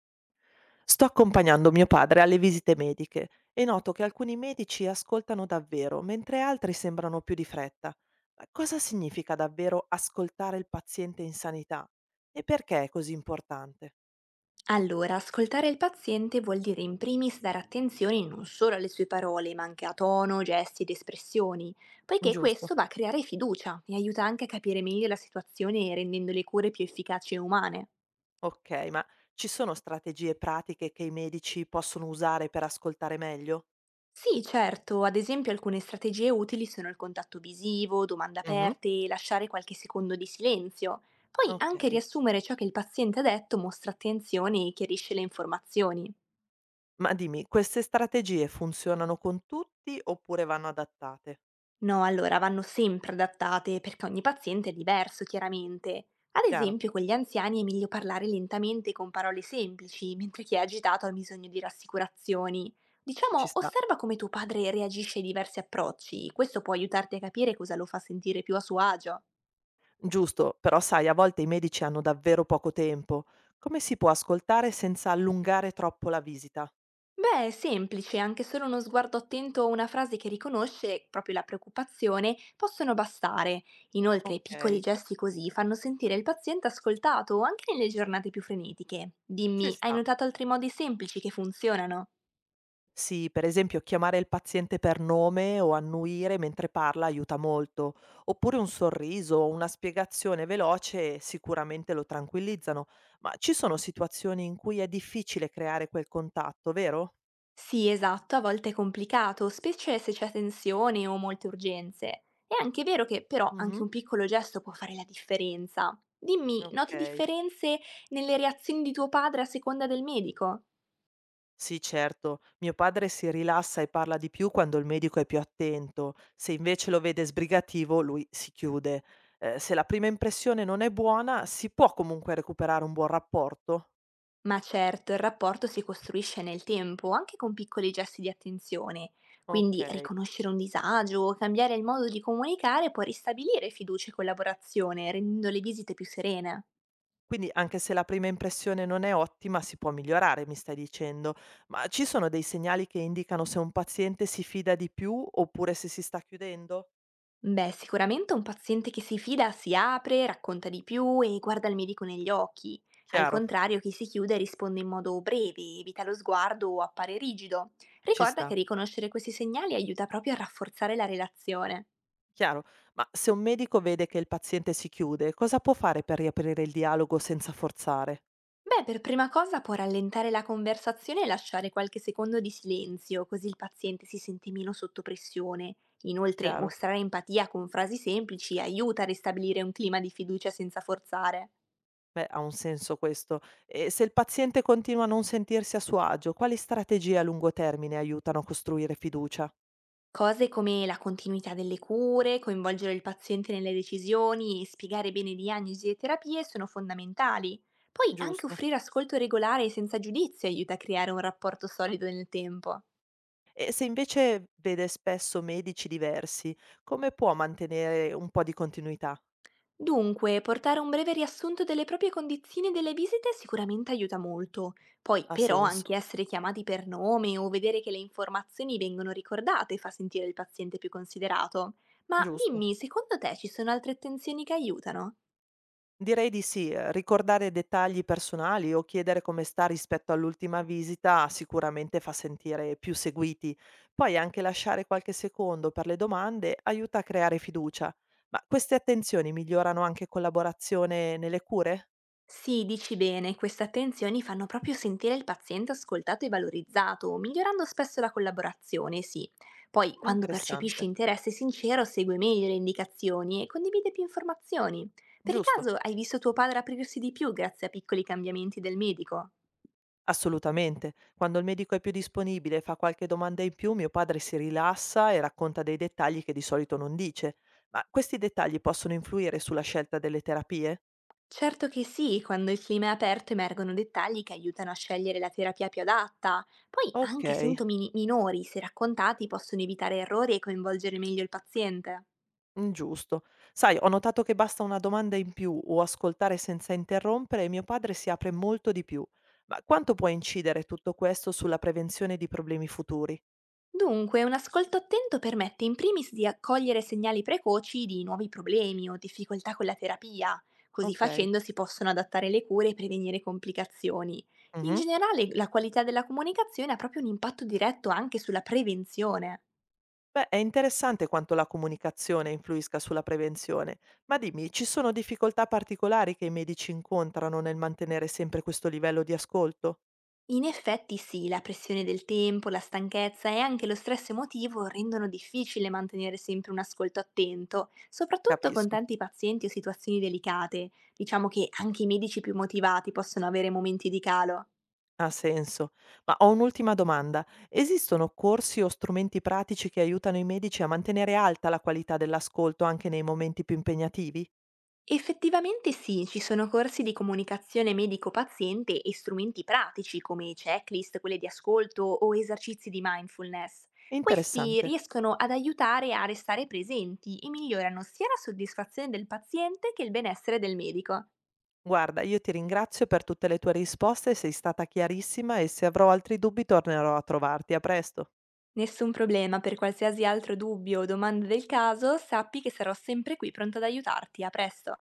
Sto accompagnando mio padre alle visite mediche e noto che alcuni medici ascoltano davvero, mentre altri sembrano più di fretta. Ma cosa significa davvero ascoltare il paziente in sanità? E perché è così importante? Allora, ascoltare il paziente vuol dire in primis dare attenzione non solo alle sue parole, ma anche a tono, gesti ed espressioni, poiché Giusto. questo va a creare fiducia e aiuta anche a capire meglio la situazione rendendo le cure più efficaci e umane. Ok, ma ci sono strategie pratiche che i medici possono usare per ascoltare meglio? Sì, certo, ad esempio alcune strategie utili sono il contatto visivo, domande Mhm. aperte e lasciare qualche secondo di silenzio. Poi Ok. anche riassumere ciò che il paziente ha detto mostra attenzione e chiarisce le informazioni. Ma dimmi, queste strategie funzionano con tutti oppure vanno adattate? No, allora vanno sempre adattate perché ogni paziente è diverso, chiaramente. Ad Chiaro, esempio, con gli anziani è meglio parlare lentamente con parole semplici, mentre chi è agitato ha bisogno di rassicurazioni. ci Diciamo, sta. osserva come tuo padre reagisce ai diversi approcci, questo può aiutarti a capire cosa lo fa sentire più a suo agio. Giusto, però sai, a volte i medici hanno davvero poco tempo. Come si può ascoltare senza allungare troppo la visita? Beh, è semplice, anche solo uno sguardo attento o una frase che riconosce proprio la preoccupazione possono bastare. Inoltre, Ok, piccoli gesti così fanno sentire il paziente ascoltato anche nelle giornate più frenetiche. ci Dimmi, hai sta. notato altri modi semplici che funzionano? Sì, per esempio chiamare il paziente per nome o annuire mentre parla aiuta molto, oppure un sorriso o una spiegazione veloce sicuramente lo tranquillizzano, ma ci sono situazioni in cui è difficile creare quel contatto, vero? Sì, esatto, a volte è complicato, specie se c'è tensione o molte urgenze. È anche vero che però anche Mhm. un piccolo gesto può fare la differenza. Dimmi, noti Ok. differenze nelle reazioni di tuo padre a seconda del medico? Sì, certo. Mio padre si rilassa e parla di più quando il medico è più attento. Se invece lo vede sbrigativo, lui si chiude. Se la prima impressione non è buona, si può comunque recuperare un buon rapporto? Ma certo, il rapporto si costruisce nel tempo, anche con piccoli gesti di attenzione. Ok. Quindi riconoscere un disagio o cambiare il modo di comunicare può ristabilire fiducia e collaborazione, rendendo le visite più serene. Quindi anche se la prima impressione non è ottima, si può migliorare, mi stai dicendo. Ma ci sono dei segnali che indicano se un paziente si fida di più oppure se si sta chiudendo? Beh, sicuramente un paziente che si fida si apre, racconta di più e guarda il medico negli occhi. Al Chiaro, contrario, chi si chiude risponde in modo breve, evita lo sguardo o appare rigido. ci Ricorda sta. che riconoscere questi segnali aiuta proprio a rafforzare la relazione. Chiaro, ma se un medico vede che il paziente si chiude, cosa può fare per riaprire il dialogo senza forzare? Beh, per prima cosa può rallentare la conversazione e lasciare qualche secondo di silenzio, così il paziente si sente meno sotto pressione. Inoltre, Chiaro, mostrare empatia con frasi semplici aiuta a ristabilire un clima di fiducia senza forzare. beh, ha un senso questo. E se il paziente continua a non sentirsi a suo agio, quali strategie a lungo termine aiutano a costruire fiducia? Cose come la continuità delle cure, coinvolgere il paziente nelle decisioni e spiegare bene diagnosi e terapie sono fondamentali. Poi anche Giusto. offrire ascolto regolare e senza giudizio aiuta a creare un rapporto solido nel tempo. E se invece vede spesso medici diversi, come può mantenere un po' di continuità? Dunque, portare un breve riassunto delle proprie condizioni e delle visite sicuramente aiuta molto. Poi, Ha però, anche senso, essere chiamati per nome o vedere che le informazioni vengono ricordate fa sentire il paziente più considerato. Ma giusto? dimmi, secondo te ci sono altre attenzioni che aiutano? Direi di sì, ricordare dettagli personali o chiedere come sta rispetto all'ultima visita sicuramente fa sentire più seguiti. Poi anche lasciare qualche secondo per le domande aiuta a creare fiducia. Ma queste attenzioni migliorano anche collaborazione nelle cure? Sì, dici bene, queste attenzioni fanno proprio sentire il paziente ascoltato e valorizzato, migliorando spesso la collaborazione, sì. Poi, È quando percepisce interessante. interesse sincero, segue meglio le indicazioni e condivide più informazioni. Per Giusto. caso hai visto tuo padre aprirsi di più grazie a piccoli cambiamenti del medico? Assolutamente. Quando il medico è più disponibile e fa qualche domanda in più, mio padre si rilassa e racconta dei dettagli che di solito non dice. Ma questi dettagli possono influire sulla scelta delle terapie? Certo che sì, quando il clima è aperto emergono dettagli che aiutano a scegliere la terapia più adatta. Poi Ok. anche sintomi minori, se raccontati, possono evitare errori e coinvolgere meglio il paziente. Giusto. Sai, ho notato che basta una domanda in più o ascoltare senza interrompere e mio padre si apre molto di più. Ma quanto può incidere tutto questo sulla prevenzione di problemi futuri? Dunque, un ascolto attento permette in primis di accogliere segnali precoci di nuovi problemi o difficoltà con la terapia. Così Okay. facendo si possono adattare le cure e prevenire complicazioni. In Mh-mh. generale, la qualità della comunicazione ha proprio un impatto diretto anche sulla prevenzione. Beh, è interessante quanto la comunicazione influisca sulla prevenzione, ma dimmi, ci sono difficoltà particolari che i medici incontrano nel mantenere sempre questo livello di ascolto? In effetti sì, la pressione del tempo, la stanchezza e anche lo stress emotivo rendono difficile mantenere sempre un ascolto attento, soprattutto con Capisco. tanti pazienti o situazioni delicate. Diciamo che anche i medici più motivati possono avere momenti di calo. Ha senso. Ma ho un'ultima domanda. Esistono corsi o strumenti pratici che aiutano i medici a mantenere alta la qualità dell'ascolto anche nei momenti più impegnativi? Effettivamente sì, ci sono corsi di comunicazione medico-paziente e strumenti pratici come checklist, quelle di ascolto o esercizi di mindfulness. Questi Interessante. riescono ad aiutare a restare presenti e migliorano sia la soddisfazione del paziente che il benessere del medico. Guarda, io ti ringrazio per tutte le tue risposte, sei stata chiarissima e se avrò altri dubbi tornerò a trovarti. A presto. Nessun problema, per qualsiasi altro dubbio o domanda del caso, sappi che sarò sempre qui pronta ad aiutarti. A presto!